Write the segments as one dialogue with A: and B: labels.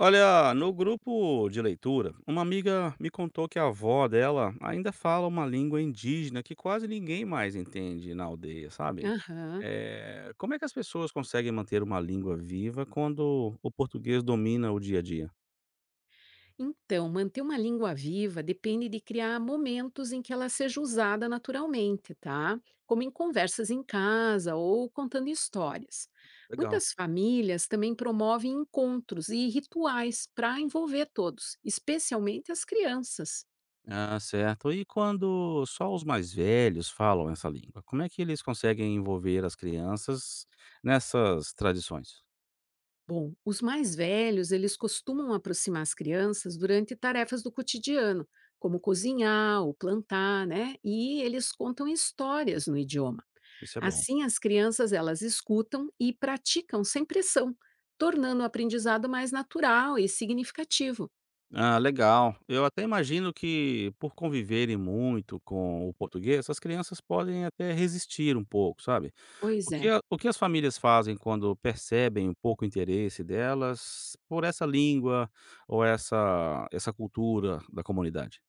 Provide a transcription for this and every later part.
A: Olha, no grupo de leitura, uma amiga me contou que a avó dela ainda fala uma língua indígena que quase ninguém mais entende na aldeia, sabe?
B: Aham.
A: Como é que as pessoas conseguem manter uma língua viva quando o português domina o dia a dia?
B: Então, manter uma língua viva depende de criar momentos em que ela seja usada naturalmente, tá? Como em conversas em casa ou contando histórias.
A: Legal.
B: Muitas famílias também promovem encontros e rituais para envolver todos, especialmente as crianças.
A: Ah, certo. E quando só os mais velhos falam essa língua, como é que eles conseguem envolver as crianças nessas tradições?
B: Bom, os mais velhos, eles costumam aproximar as crianças durante tarefas do cotidiano, como cozinhar ou plantar, né? E eles contam histórias no idioma.
A: Isso é bom.
B: Assim, as crianças elas escutam e praticam sem pressão, tornando o aprendizado mais natural e significativo.
A: Ah, legal. Eu até imagino que, por conviverem muito com o português, essas crianças podem até resistir um pouco, sabe?
B: Pois
A: O
B: é,
A: que, o que as famílias fazem quando percebem um pouco o interesse delas por essa língua ou essa cultura da comunidade?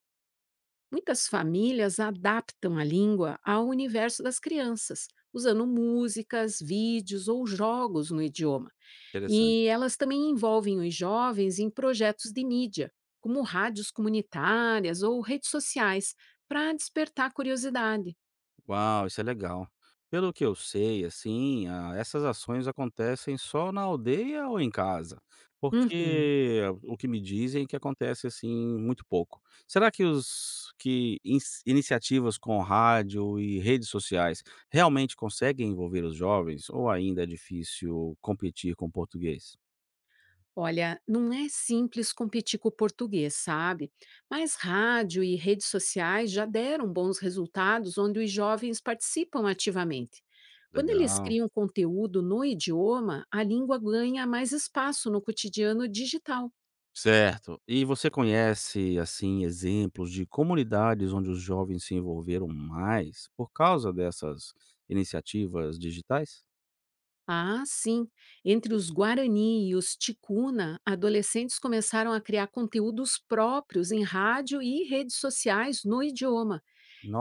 B: muitas famílias adaptam a língua ao universo das crianças, usando músicas, vídeos ou jogos no idioma. E
A: Interessante.
B: elas também envolvem os jovens em projetos de mídia, como rádios comunitárias ou redes sociais, para despertar curiosidade.
A: Uau, isso é legal. Pelo que eu sei, assim, ah, essas ações acontecem só na aldeia ou em casa?
B: Uhum.
A: Porque o que me dizem é que acontece assim muito pouco. Será que os iniciativas com rádio e redes sociais realmente conseguem envolver os jovens ou ainda é difícil competir com o português?
B: Olha, não é simples competir com o português, sabe? Mas rádio e redes sociais já deram bons resultados onde os jovens participam ativamente. Quando eles
A: Legal.
B: criam conteúdo no idioma, a língua ganha mais espaço no cotidiano digital.
A: Certo. E você conhece, assim, exemplos de comunidades onde os jovens se envolveram mais por causa dessas iniciativas digitais?
B: Ah, sim. Entre os Guarani e os Ticuna, adolescentes começaram a criar conteúdos próprios em rádio e redes sociais no idioma.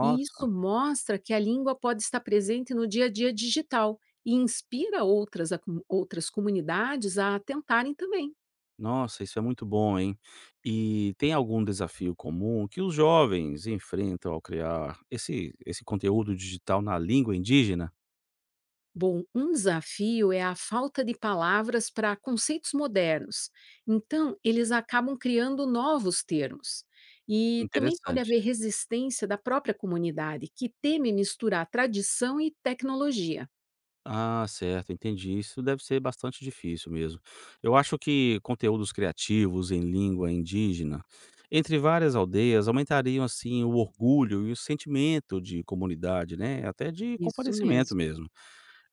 B: E isso mostra que a língua pode estar presente no dia a dia digital e inspira outras, outras comunidades a tentarem também.
A: nossa, isso é muito bom, hein? E tem algum desafio comum que os jovens enfrentam ao criar esse conteúdo digital na língua indígena?
B: Bom, um desafio é a falta de palavras para conceitos modernos. Então, eles acabam criando novos termos. E também pode
A: Interessante.
B: haver resistência da própria comunidade, que teme misturar tradição e tecnologia.
A: Ah, certo, entendi. Isso deve ser bastante difícil mesmo. Eu acho que conteúdos criativos em língua indígena entre várias aldeias aumentariam assim o orgulho e o sentimento de comunidade, né? Até de
B: Isso
A: comparecimento
B: mesmo.
A: mesmo.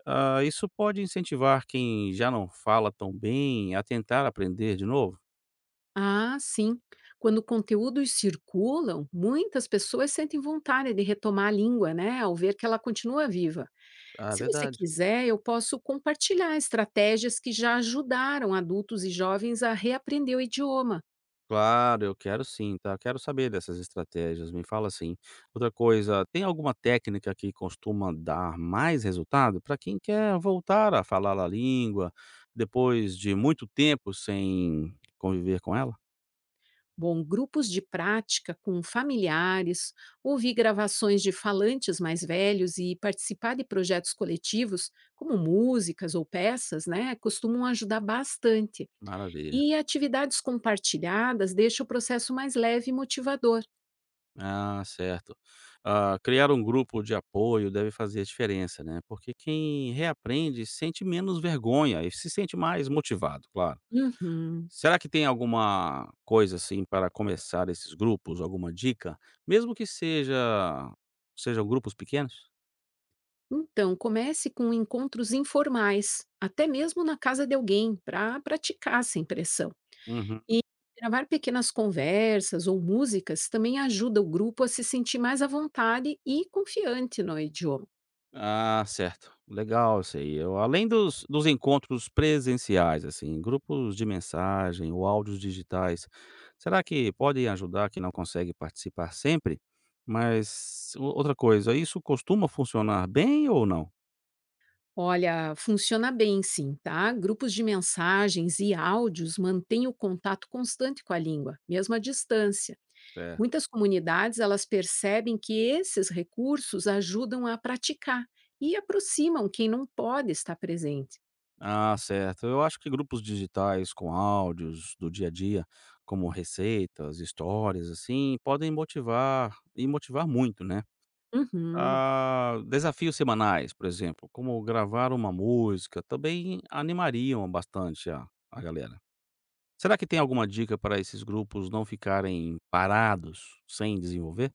A: Ah, isso pode incentivar quem já não fala tão bem a tentar aprender de novo?
B: Ah, sim. Quando conteúdos circulam, muitas pessoas sentem vontade de retomar a língua, né, ao ver que ela continua viva.
A: Ah, é
B: Se você
A: verdade.
B: quiser, eu posso compartilhar estratégias que já ajudaram adultos e jovens a reaprender o idioma.
A: Claro, eu quero sim, tá? Quero saber dessas estratégias, me fala assim. Outra coisa, tem alguma técnica que costuma dar mais resultado para quem quer voltar a falar a língua depois de muito tempo sem conviver com ela?
B: Bom, grupos de prática com familiares, ouvir gravações de falantes mais velhos e participar de projetos coletivos, como músicas ou peças, né, costumam ajudar bastante.
A: Maravilha.
B: E atividades compartilhadas deixa o processo mais leve e motivador.
A: Ah, certo. Ah, criar um grupo de apoio deve fazer a diferença, né? Porque quem reaprende sente menos vergonha e se sente mais motivado, claro.
B: Uhum.
A: Será que tem alguma coisa, assim, para começar esses grupos, alguma dica? Mesmo que sejam grupos pequenos?
B: Então, comece com encontros informais, até mesmo na casa de alguém, para praticar sem pressão. E
A: Uhum.
B: gravar pequenas conversas ou músicas também ajuda o grupo a se sentir mais à vontade e confiante no idioma.
A: Ah, certo. Legal isso aí. Eu além dos encontros presenciais, assim, grupos de mensagem ou áudios digitais, será que podem ajudar quem não consegue participar sempre? Mas o outra coisa, isso costuma funcionar bem ou não?
B: Olha, funciona bem sim, tá? Grupos de mensagens e áudios mantêm o contato constante com a língua, mesmo à distância.
A: Certo.
B: Muitas comunidades elas percebem que esses recursos ajudam a praticar e aproximam quem não pode estar presente.
A: Ah, certo. Eu acho que grupos digitais com áudios do dia a dia, como receitas, histórias, assim, podem motivar e motivar muito, né?
B: Uhum.
A: Ah, desafios semanais, por exemplo, como gravar uma música, também animariam bastante a galera. Será que tem alguma dica para esses grupos não ficarem parados sem desenvolver?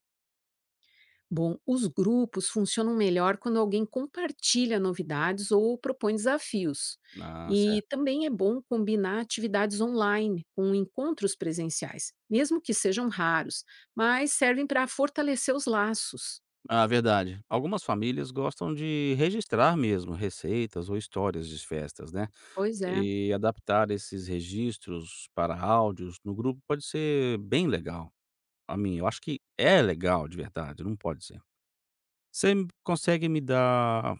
B: Bom, os grupos funcionam melhor quando alguém compartilha novidades ou propõe desafios.
A: Ah,
B: E
A: certo.
B: também é bom combinar atividades online com encontros presenciais, mesmo que sejam raros, mas servem para fortalecer os laços.
A: Ah, verdade. Algumas famílias gostam de registrar mesmo receitas ou histórias de festas, né?
B: Pois é.
A: E adaptar esses registros para áudios no grupo pode ser bem legal. A mim, eu acho que é legal de verdade, não pode ser. Você consegue me dar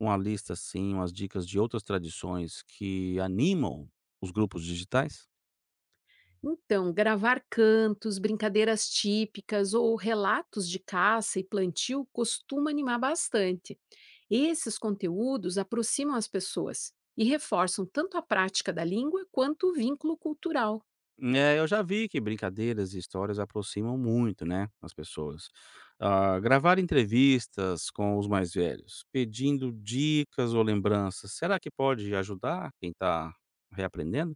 A: uma lista, assim, umas dicas de outras tradições que animam os grupos digitais?
B: Então, gravar cantos, brincadeiras típicas ou relatos de caça e plantio costuma animar bastante. Esses conteúdos aproximam as pessoas e reforçam tanto a prática da língua quanto o vínculo cultural.
A: É, eu já vi que brincadeiras e histórias aproximam muito, né, as pessoas. Ah, gravar entrevistas com os mais velhos, pedindo dicas ou lembranças, será que pode ajudar quem está reaprendendo?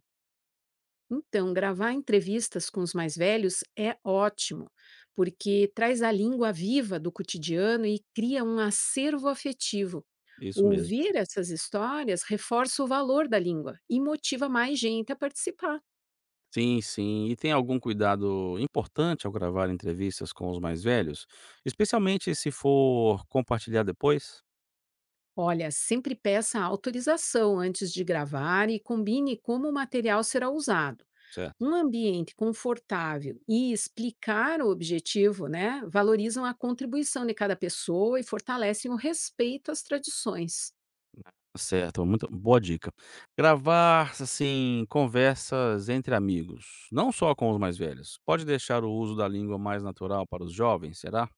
B: Então, gravar entrevistas com os mais velhos é ótimo, porque traz a língua viva do cotidiano e cria um acervo afetivo.
A: Isso mesmo.
B: Ouvir essas histórias reforça o valor da língua e motiva mais gente a participar.
A: Sim, sim. E tem algum cuidado importante ao gravar entrevistas com os mais velhos? Especialmente se for compartilhar depois?
B: Olha, sempre peça autorização antes de gravar e combine como o material será usado.
A: Certo.
B: Um ambiente confortável e explicar o objetivo, né, valorizam a contribuição de cada pessoa e fortalecem o respeito às tradições.
A: Certo, muito boa dica. Gravar, assim, conversas entre amigos, não só com os mais velhos. Pode deixar o uso da língua mais natural para os jovens, será?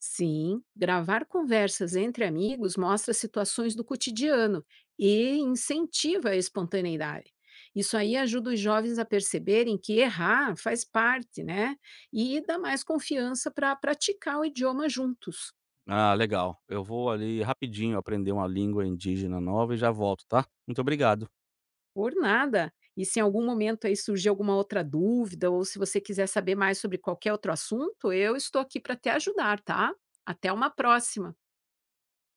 B: Sim, gravar conversas entre amigos mostra situações do cotidiano e incentiva a espontaneidade. Isso aí ajuda os jovens a perceberem que errar faz parte, né? E dá mais confiança para praticar o idioma juntos.
A: Ah, legal. Eu vou ali rapidinho aprender uma língua indígena nova e já volto, tá? Muito obrigado.
B: Por nada. E se em algum momento aí surgir alguma outra dúvida ou se você quiser saber mais sobre qualquer outro assunto, eu estou aqui para te ajudar, tá? Até uma próxima.